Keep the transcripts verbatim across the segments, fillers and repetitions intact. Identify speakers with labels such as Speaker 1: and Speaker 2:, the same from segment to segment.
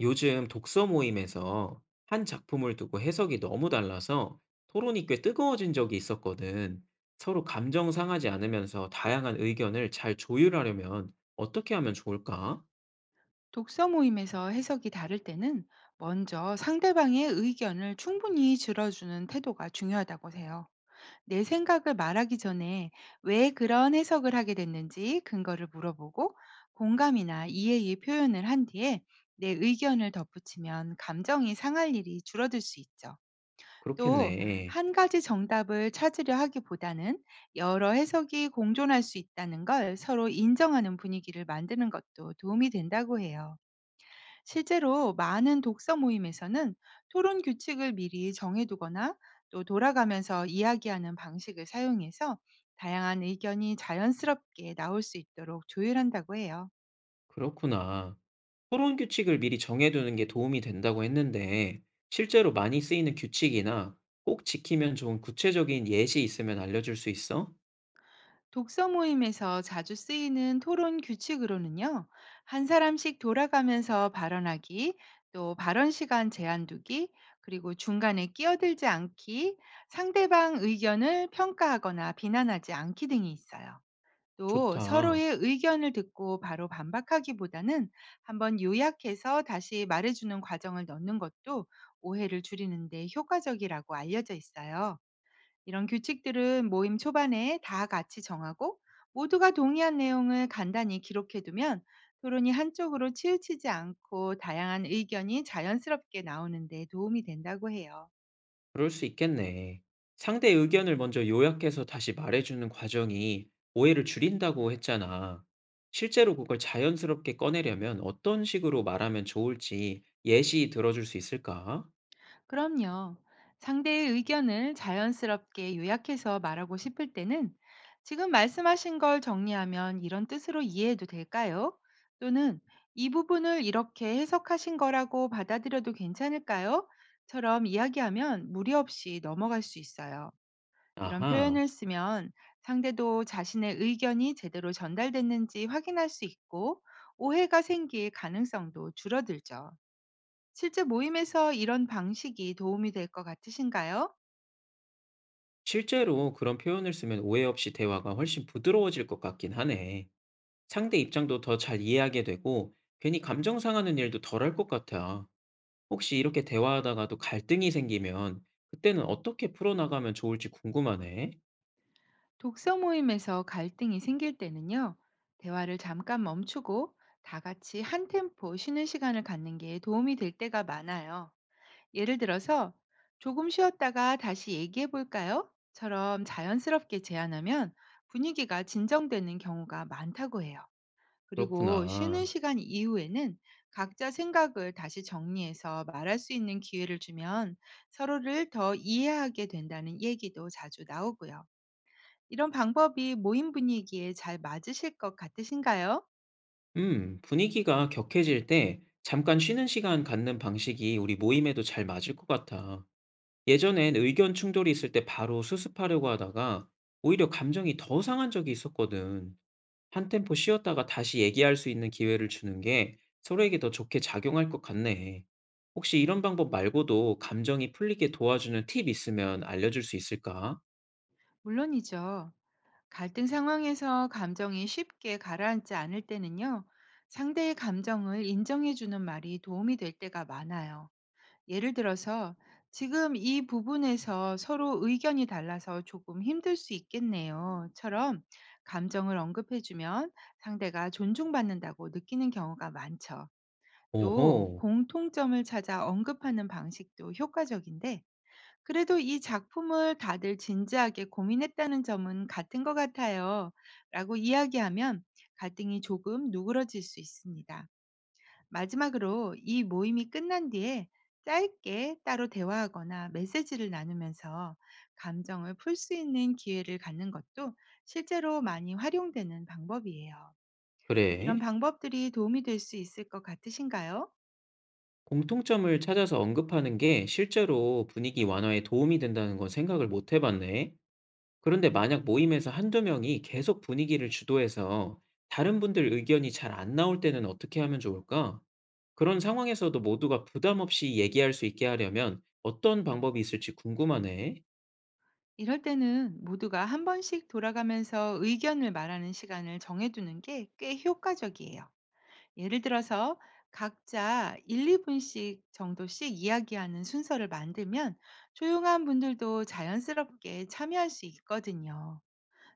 Speaker 1: 요즘 독서 모임에서 한 작품을 두고 해석이 너무 달라서 토론이 꽤 뜨거워진 적이 있었거든. 서로 감정 상하지 않으면서 다양한 의견을 잘 조율하려면 어떻게 하면 좋을까?
Speaker 2: 독서 모임에서 해석이 다를 때는 먼저 상대방의 의견을 충분히 들어주는 태도가 중요하다고 해요. 내 생각을 말하기 전에 왜 그런 해석을 하게 됐는지 근거를 물어보고, 공감이나 이해의 표현을 한 뒤에 내 의견을 덧붙이면 감정이 상할 일이 줄어들 수 있죠. 또,
Speaker 1: 그렇겠네.
Speaker 2: 한 가지 정답을 찾으려 하기보다는 여러 해석이 공존할 수 있다는 걸 서로 인정하는 분위기를 만드는 것도 도움이 된다고 해요. 실제로 많은 독서 모임에서는 토론 규칙을 미리 정해두거나, 또 돌아가면서 이야기하는 방식을 사용해서 다양한 의견이 자연스럽게 나올 수 있도록 조율한다고 해요.
Speaker 1: 그렇구나. 토론 규칙을 미리 정해두는 게 도움이 된다고 했는데, 실제로 많이 쓰이는 규칙이나 꼭 지키면 좋은 구체적인 예시 있으면 알려줄 수 있어?
Speaker 2: 독서 모임에서 자주 쓰이는 토론 규칙으로는요, 한 사람씩 돌아가면서 발언하기, 또 발언 시간 제한 두기, 그리고 중간에 끼어들지 않기, 상대방 의견을 평가하거나 비난하지 않기 등이 있어요. 또
Speaker 1: 좋다.
Speaker 2: 서로의 의견을 듣고 바로 반박하기보다는 한번 요약해서 다시 말해주는 과정을 넣는 것도 오해를 줄이는데 효과적이라고 알려져 있어요. 이런 규칙들은 모임 초반에 다 같이 정하고, 모두가 동의한 내용을 간단히 기록해두면 토론이 한쪽으로 치우치지 않고 다양한 의견이 자연스럽게 나오는데 도움이 된다고 해요.
Speaker 1: 그럴 수 있겠네. 상대 의견을 먼저 요약해서 다시 말해주는 과정이 오해를 줄인다고 했잖아. 실제로 그걸 자연스럽게 꺼내려면 어떤 식으로 말하면 좋을지 예시 들어줄 수 있을까?
Speaker 2: 그럼요. 상대의 의견을 자연스럽게 요약해서 말하고 싶을 때는 "지금 말씀하신 걸 정리하면 이런 뜻으로 이해해도 될까요?" 또는 "이 부분을 이렇게 해석하신 거라고 받아들여도 괜찮을까요?" 처럼 이야기하면 무리 없이 넘어갈 수 있어요. 이런
Speaker 1: 아하,
Speaker 2: 표현을 쓰면 상대도 자신의 의견이 제대로 전달됐는지 확인할 수 있고, 오해가 생길 가능성도 줄어들죠. 실제 모임에서 이런 방식이 도움이 될 것 같으신가요?
Speaker 1: 실제로 그런 표현을 쓰면 오해 없이 대화가 훨씬 부드러워질 것 같긴 하네. 상대 입장도 더 잘 이해하게 되고 괜히 감정 상하는 일도 덜 할 것 같아. 혹시 이렇게 대화하다가도 갈등이 생기면 그때는 어떻게 풀어나가면 좋을지 궁금하네.
Speaker 2: 독서 모임에서 갈등이 생길 때는요, 대화를 잠깐 멈추고 다 같이 한 템포 쉬는 시간을 갖는 게 도움이 될 때가 많아요. 예를 들어서, "조금 쉬었다가 다시 얘기해 볼까요?" 처럼 자연스럽게 제안하면 분위기가 진정되는 경우가 많다고 해요. 그리고 쉬는
Speaker 1: 그렇구나.
Speaker 2: 시간 이후에는 각자 생각을 다시 정리해서 말할 수 있는 기회를 주면 서로를 더 이해하게 된다는 얘기도 자주 나오고요. 이런 방법이 모임 분위기에 잘 맞으실 것 같으신가요?
Speaker 1: 음, 분위기가 격해질 때 잠깐 쉬는 시간 갖는 방식이 우리 모임에도 잘 맞을 것 같아. 예전엔 의견 충돌이 있을 때 바로 수습하려고 하다가 오히려 감정이 더 상한 적이 있었거든. 한 템포 쉬었다가 다시 얘기할 수 있는 기회를 주는 게 서로에게 더 좋게 작용할 것 같네. 혹시 이런 방법 말고도 감정이 풀리게 도와주는 팁 있으면 알려줄 수 있을까?
Speaker 2: 물론이죠. 갈등 상황에서 감정이 쉽게 가라앉지 않을 때는요, 상대의 감정을 인정해주는 말이 도움이 될 때가 많아요. 예를 들어서 "지금 이 부분에서 서로 의견이 달라서 조금 힘들 수 있겠네요."처럼 감정을 언급해주면 상대가 존중받는다고 느끼는 경우가 많죠. 또
Speaker 1: 오호,
Speaker 2: 공통점을 찾아 언급하는 방식도 효과적인데, "그래도 이 작품을 다들 진지하게 고민했다는 점은 같은 것 같아요. 라고 이야기하면 갈등이 조금 누그러질 수 있습니다. 마지막으로 이 모임이 끝난 뒤에 짧게 따로 대화하거나 메시지를 나누면서 감정을 풀 수 있는 기회를 갖는 것도 실제로 많이 활용되는 방법이에요. 이런
Speaker 1: 그래.
Speaker 2: 방법들이 도움이 될 수 있을 것 같으신가요?
Speaker 1: 공통점을 찾아서 언급하는 게 실제로 분위기 완화에 도움이 된다는 건 생각을 못 해봤네. 그런데 만약 모임에서 한두 명이 계속 분위기를 주도해서 다른 분들 의견이 잘 안 나올 때는 어떻게 하면 좋을까? 그런 상황에서도 모두가 부담 없이 얘기할 수 있게 하려면 어떤 방법이 있을지 궁금하네.
Speaker 2: 이럴 때는 모두가 한 번씩 돌아가면서 의견을 말하는 시간을 정해두는 게 꽤 효과적이에요. 예를 들어서 각자 한두 분씩 정도씩 이야기하는 순서를 만들면 조용한 분들도 자연스럽게 참여할 수 있거든요.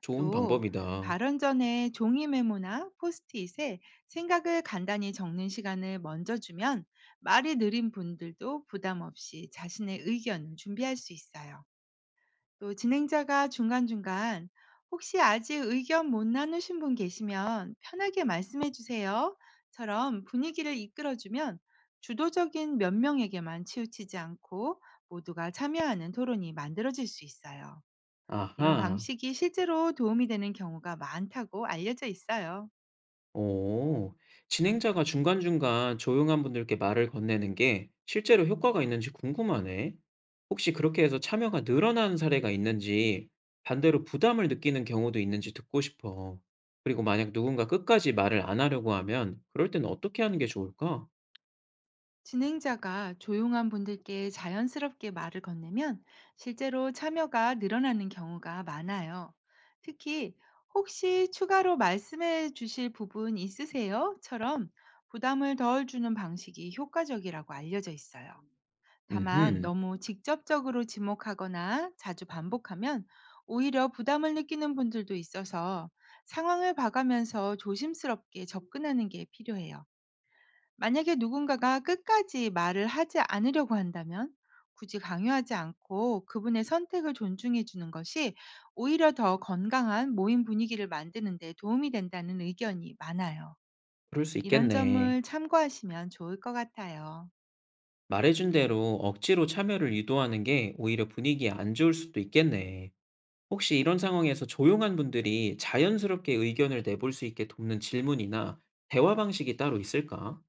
Speaker 1: 좋은
Speaker 2: 또
Speaker 1: 방법이다.
Speaker 2: 발언 전에 종이 메모나 포스트잇에 생각을 간단히 적는 시간을 먼저 주면 말이 느린 분들도 부담 없이 자신의 의견을 준비할 수 있어요. 또 진행자가 중간중간 "혹시 아직 의견 못 나누신 분 계시면 편하게 말씀해 주세요." 처럼 분위기를 이끌어주면 주도적인 몇 명에게만 치우치지 않고 모두가 참여하는 토론이 만들어질 수 있어요. 이런
Speaker 1: 아하.
Speaker 2: 방식이 실제로 도움이 되는 경우가 많다고 알려져 있어요.
Speaker 1: 오, 진행자가 중간중간 조용한 분들께 말을 건네는 게 실제로 효과가 있는지 궁금하네. 혹시 그렇게 해서 참여가 늘어나는 사례가 있는지, 반대로 부담을 느끼는 경우도 있는지 듣고 싶어. 그리고 만약 누군가 끝까지 말을 안 하려고 하면, 그럴 땐 어떻게 하는 게 좋을까?
Speaker 2: 진행자가 조용한 분들께 자연스럽게 말을 건네면 실제로 참여가 늘어나는 경우가 많아요. 특히 "혹시 추가로 말씀해 주실 부분 있으세요?"처럼 부담을 덜 주는 방식이 효과적이라고 알려져 있어요. 다만
Speaker 1: 음흠,
Speaker 2: 너무 직접적으로 지목하거나 자주 반복하면 오히려 부담을 느끼는 분들도 있어서 상황을 봐가면서 조심스럽게 접근하는 게 필요해요. 만약에 누군가가 끝까지 말을 하지 않으려고 한다면 굳이 강요하지 않고 그분의 선택을 존중해 주는 것이 오히려 더 건강한 모임 분위기를 만드는 데 도움이 된다는 의견이 많아요.
Speaker 1: 그럴 수
Speaker 2: 이런
Speaker 1: 있겠네.
Speaker 2: 점을 참고하시면 좋을 것 같아요.
Speaker 1: 말해준 대로 억지로 참여를 유도하는 게 오히려 분위기에 안 좋을 수도 있겠네. 혹시 이런 상황에서 조용한 분들이 자연스럽게 의견을 내볼 수 있게 돕는 질문이나 대화 방식이 따로 있을까?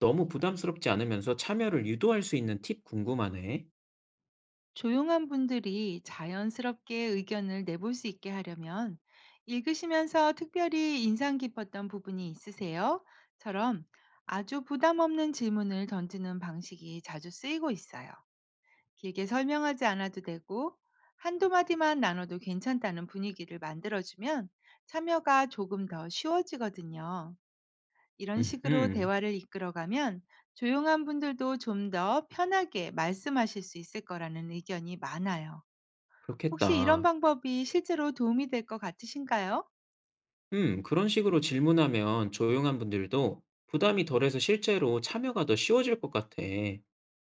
Speaker 1: 너무 부담스럽지 않으면서 참여를 유도할 수 있는 팁 궁금하네.
Speaker 2: 조용한 분들이 자연스럽게 의견을 내볼 수 있게 하려면 "읽으시면서 특별히 인상 깊었던 부분이 있으세요?" 처럼 아주 부담 없는 질문을 던지는 방식이 자주 쓰이고 있어요. 길게 설명하지 않아도 되고 한두 마디만 나눠도 괜찮다는 분위기를 만들어주면 참여가 조금 더 쉬워지거든요. 이런 식으로
Speaker 1: 음,
Speaker 2: 대화를 이끌어가면 조용한 분들도 좀 더 편하게 말씀하실 수 있을 거라는 의견이 많아요. 혹시 이런
Speaker 1: 그렇겠다.
Speaker 2: 방법이 실제로 도움이 될 것 같으신가요?
Speaker 1: 음, 그런 식으로 질문하면 조용한 분들도 부담이 덜해서 실제로 참여가 더 쉬워질 것 같아.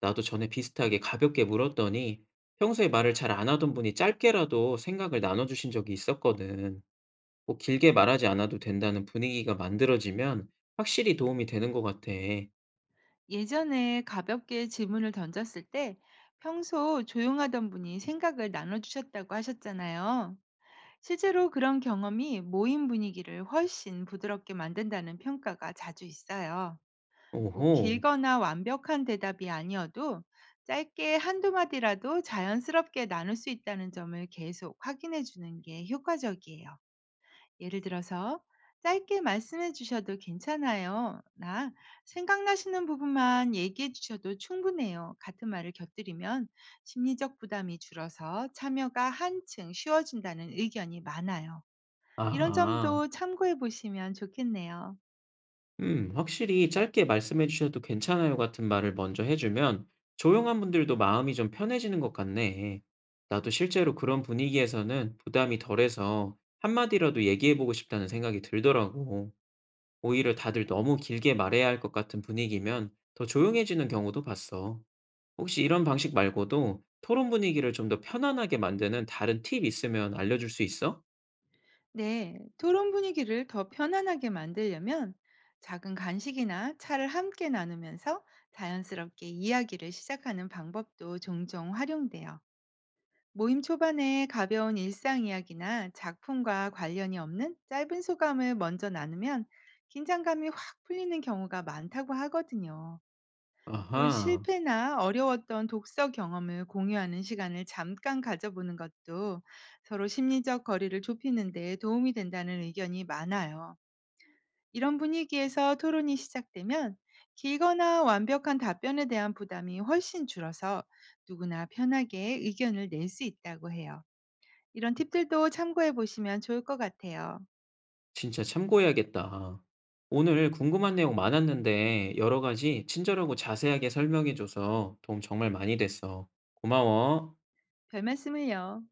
Speaker 1: 나도 전에 비슷하게 가볍게 물었더니 평소에 말을 잘 안 하던 분이 짧게라도 생각을 나눠주신 적이 있었거든. 꼭 길게 말하지 않아도 된다는 분위기가 만들어지면 확실히 도움이 되는 것 같아.
Speaker 2: 예전에 가볍게 질문을 던졌을 때 평소 조용하던 분이 생각을 나눠주셨다고 하셨잖아요. 실제로 그런 경험이 모임 분위기를 훨씬 부드럽게 만든다는 평가가 자주 있어요. 꼭
Speaker 1: 오호.
Speaker 2: 길거나 완벽한 대답이 아니어도 짧게 한두 마디라도 자연스럽게 나눌 수 있다는 점을 계속 확인해 주는 게 효과적이에요. 예를 들어서 "짧게 말씀해 주셔도 괜찮아요." 나 "생각나시는 부분만 얘기해 주셔도 충분해요." 같은 말을 곁들이면 심리적 부담이 줄어서 참여가 한층 쉬워진다는 의견이 많아요. 이런
Speaker 1: 아,
Speaker 2: 점도 참고해 보시면 좋겠네요.
Speaker 1: 음, 확실히 "짧게 말씀해 주셔도 괜찮아요" 같은 말을 먼저 해주면 조용한 분들도 마음이 좀 편해지는 것 같네. 나도 실제로 그런 분위기에서는 부담이 덜해서 한마디라도 얘기해 보고 싶다는 생각이 들더라고. 오히려 다들 너무 길게 말해야 할 것 같은 분위기면 더 조용해지는 경우도 봤어. 혹시 이런 방식 말고도 토론 분위기를 좀 더 편안하게 만드는 다른 팁 있으면 알려줄 수 있어?
Speaker 2: 네, 토론 분위기를 더 편안하게 만들려면 작은 간식이나 차를 함께 나누면서 자연스럽게 이야기를 시작하는 방법도 종종 활용돼요. 모임 초반에 가벼운 일상 이야기나 작품과 관련이 없는 짧은 소감을 먼저 나누면 긴장감이 확 풀리는 경우가 많다고 하거든요. 또
Speaker 1: 아하,
Speaker 2: 실패나 어려웠던 독서 경험을 공유하는 시간을 잠깐 가져보는 것도 서로 심리적 거리를 좁히는 데 도움이 된다는 의견이 많아요. 이런 분위기에서 토론이 시작되면 길거나 완벽한 답변에 대한 부담이 훨씬 줄어서 누구나 편하게 의견을 낼 수 있다고 해요. 이런 팁들도 참고해 보시면 좋을 것 같아요.
Speaker 1: 진짜 참고해야겠다. 오늘 궁금한 내용 많았는데 여러 가지 친절하고 자세하게 설명해줘서 도움 정말 많이 됐어. 고마워.
Speaker 2: 별 말씀을요.